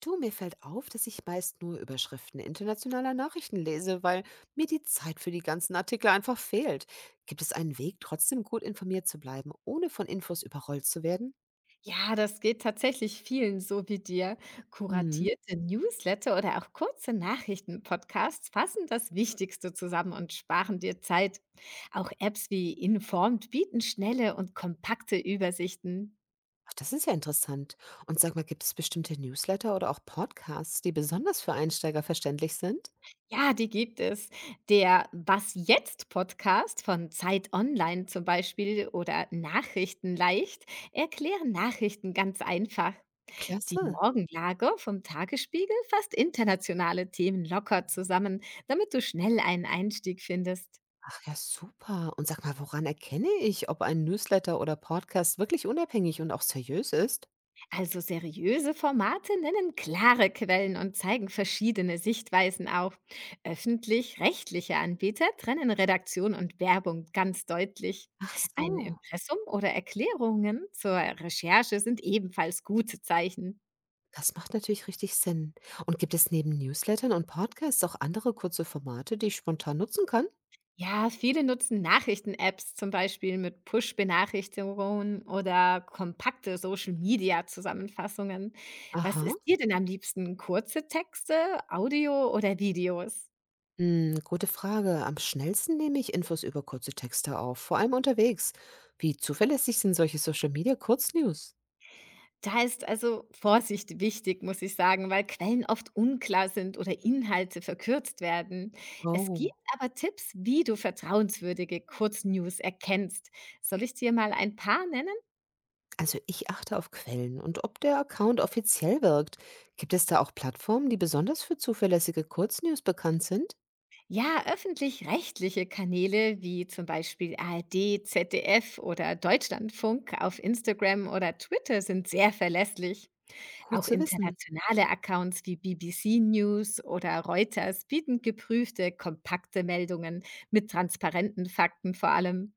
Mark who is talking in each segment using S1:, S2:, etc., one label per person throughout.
S1: Du, mir fällt auf, dass ich meist nur Überschriften internationaler Nachrichten lese, weil mir die Zeit für die ganzen Artikel einfach fehlt. Gibt es einen Weg, trotzdem gut informiert zu bleiben, ohne von Infos überrollt zu werden?
S2: Ja, das geht tatsächlich vielen so wie dir.
S1: Hm,
S2: Kuratierte Newsletter oder auch kurze Nachrichtenpodcasts fassen das Wichtigste zusammen und sparen dir Zeit. Auch Apps wie Informed bieten schnelle und kompakte Übersichten.
S1: ach, das ist ja interessant. Und sag mal, gibt es bestimmte Newsletter oder auch Podcasts, die besonders für Einsteiger verständlich sind?
S2: Ja, die gibt es. Der Was jetzt Podcast von Zeit Online zum Beispiel oder Nachrichten leicht erklären Nachrichten ganz einfach. Die
S1: Klasse.
S2: Morgenlage vom Tagesspiegel fasst internationale Themen locker zusammen, damit du schnell einen Einstieg findest.
S1: Ach ja, super. Und sag mal, woran erkenne ich, ob ein Newsletter oder Podcast wirklich unabhängig und auch seriös ist?
S2: Also seriöse Formate nennen klare Quellen und zeigen verschiedene Sichtweisen auf. Öffentlich-rechtliche Anbieter trennen Redaktion und Werbung ganz deutlich.
S1: Ach
S2: Ein
S1: so.
S2: Impressum oder Erklärungen zur Recherche sind ebenfalls gute Zeichen.
S1: Das macht natürlich richtig Sinn. Und gibt es neben Newslettern und Podcasts auch andere kurze Formate, die ich spontan nutzen kann?
S2: Ja, viele nutzen Nachrichten-Apps, zum Beispiel mit Push-Benachrichtigungen oder kompakte Social-Media-Zusammenfassungen. Was
S1: Aha.
S2: ist dir denn am liebsten? Kurze Texte, Audio oder Videos?
S1: Hm, gute Frage. Am schnellsten nehme ich Infos über kurze Texte auf, vor allem unterwegs. Wie zuverlässig sind solche Social Media Kurznews?
S2: Da ist also Vorsicht wichtig, muss ich sagen, weil Quellen oft unklar sind oder Inhalte verkürzt werden. Es gibt
S1: Oh.
S2: aber Tipps, wie du vertrauenswürdige Kurznews erkennst. Soll ich dir mal ein paar nennen?
S1: Also ich achte auf Quellen und ob der Account offiziell wirkt. Gibt es da auch Plattformen, die besonders für zuverlässige Kurznews bekannt sind?
S2: Ja, öffentlich-rechtliche Kanäle wie zum Beispiel ARD, ZDF oder Deutschlandfunk auf Instagram oder Twitter sind sehr verlässlich.
S1: Gut
S2: Auch
S1: zu wissen.
S2: internationale Accounts wie BBC News oder Reuters bieten geprüfte, kompakte Meldungen mit transparenten Fakten vor allem.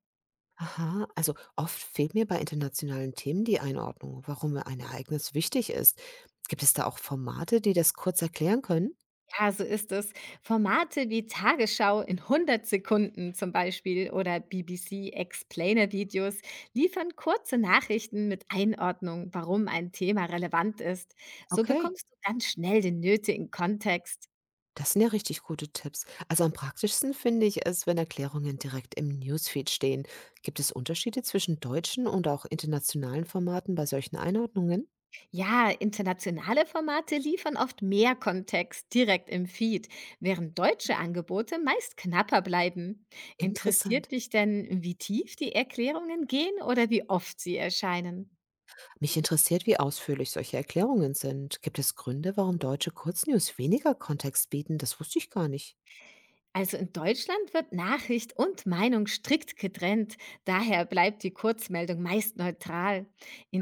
S1: Aha, also oft fehlt mir bei internationalen Themen die Einordnung, warum mir ein Ereignis wichtig ist. Gibt es da auch Formate, die das kurz erklären können?
S2: Ja, so ist es. Formate wie Tagesschau in 100 Sekunden zum Beispiel oder BBC Explainer-Videos liefern kurze Nachrichten mit Einordnung, warum ein Thema relevant ist. So
S1: Okay,
S2: bekommst du ganz schnell den nötigen Kontext.
S1: das sind ja richtig gute Tipps. Also am praktischsten finde ich es, wenn Erklärungen direkt im Newsfeed stehen. Gibt es Unterschiede zwischen deutschen und auch internationalen Formaten bei solchen Einordnungen?
S2: Ja, internationale Formate liefern oft mehr Kontext direkt im Feed, während deutsche Angebote meist knapper bleiben.
S1: Interessant.
S2: Interessiert dich denn, wie tief die Erklärungen gehen oder wie oft sie erscheinen?
S1: Mich interessiert, wie ausführlich solche Erklärungen sind. Gibt es Gründe, warum deutsche Kurznews weniger Kontext bieten? Das wusste ich gar nicht.
S2: Also in Deutschland wird Nachricht und Meinung strikt getrennt, daher bleibt die Kurzmeldung meist neutral.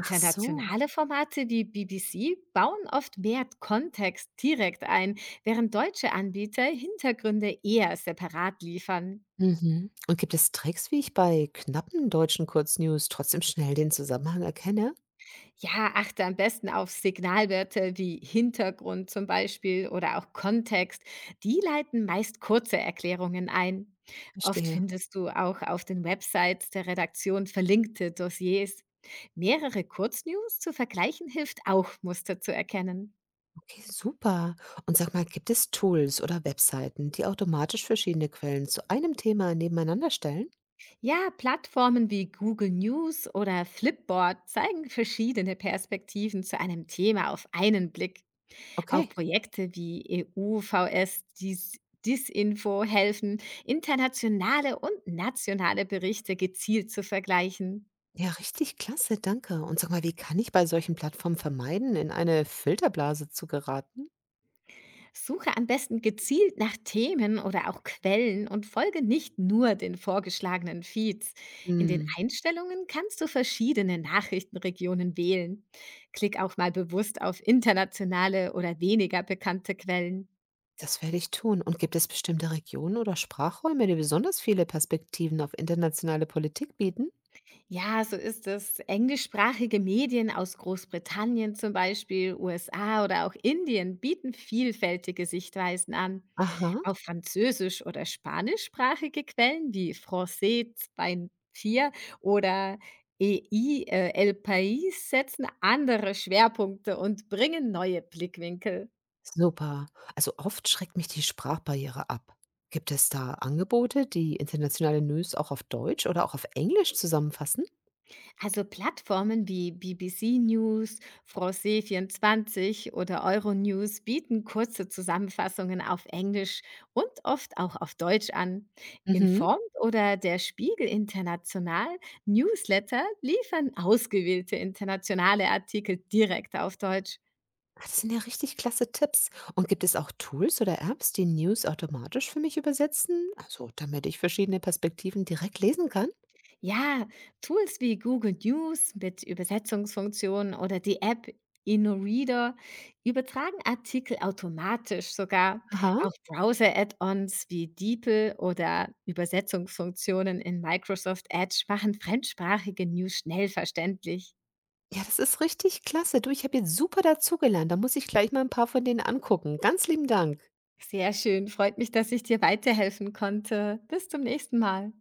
S1: Ach so.
S2: Formate wie BBC bauen oft mehr Kontext direkt ein, während deutsche Anbieter Hintergründe eher separat liefern.
S1: Mhm. Und gibt es Tricks, wie ich bei knappen deutschen Kurznews trotzdem schnell den Zusammenhang erkenne?
S2: Ja, achte am besten auf Signalwörter wie Hintergrund zum Beispiel oder auch Kontext. Die leiten meist kurze Erklärungen ein. Oft
S1: Verstehe.
S2: findest du auch auf den Websites der Redaktion verlinkte Dossiers. Mehrere Kurznews zu vergleichen hilft auch, Muster zu erkennen.
S1: Okay, super. Und sag mal, gibt es Tools oder Webseiten, die automatisch verschiedene Quellen zu einem Thema nebeneinander stellen?
S2: Ja, Plattformen wie Google News oder Flipboard zeigen verschiedene Perspektiven zu einem Thema auf einen Blick. Auch
S1: Okay.
S2: Projekte wie EU-VS Disinfo helfen, internationale und nationale Berichte gezielt zu vergleichen.
S1: Ja, richtig klasse, danke. Und sag mal, wie kann ich bei solchen Plattformen vermeiden, in eine Filterblase zu geraten?
S2: Suche am besten gezielt nach Themen oder auch Quellen und folge nicht nur den vorgeschlagenen Feeds. In den
S1: Hm,
S2: Einstellungen kannst du verschiedene Nachrichtenregionen wählen. Klick auch mal bewusst auf internationale oder weniger bekannte Quellen.
S1: das werde ich tun. Und gibt es bestimmte Regionen oder Sprachräume, die besonders viele Perspektiven auf internationale Politik bieten?
S2: Ja, so ist es. Englischsprachige Medien aus Großbritannien zum Beispiel, USA oder auch Indien bieten vielfältige Sichtweisen an.
S1: Aha.
S2: Auch französisch- oder spanischsprachige Quellen wie Français 24 oder EI El País setzen andere Schwerpunkte und bringen neue Blickwinkel.
S1: Super. Also oft schreckt mich die Sprachbarriere ab. Gibt es da Angebote, die internationale News auch auf Deutsch oder auch auf Englisch zusammenfassen?
S2: Also Plattformen wie BBC News, France24 oder Euronews bieten kurze Zusammenfassungen auf Englisch und oft auch auf Deutsch an.
S1: Mhm.
S2: Informed oder der Spiegel International Newsletter liefern ausgewählte internationale Artikel direkt auf Deutsch.
S1: Ah, das sind ja richtig klasse Tipps. Und gibt es auch Tools oder Apps, die News automatisch für mich übersetzen? Also, damit ich verschiedene Perspektiven direkt lesen kann?
S2: Ja, Tools wie Google News mit Übersetzungsfunktionen oder die App InnoReader übertragen Artikel automatisch sogar.
S1: Aha.
S2: Auch Browser-Add-ons wie DeepL oder Übersetzungsfunktionen in Microsoft Edge machen fremdsprachige News schnell verständlich.
S1: Ja, das ist richtig klasse. Du, ich habe jetzt super dazugelernt. Da muss ich gleich mal ein paar von denen angucken. Ganz lieben Dank.
S2: Sehr schön, freut mich, dass ich dir weiterhelfen konnte. Bis zum nächsten Mal.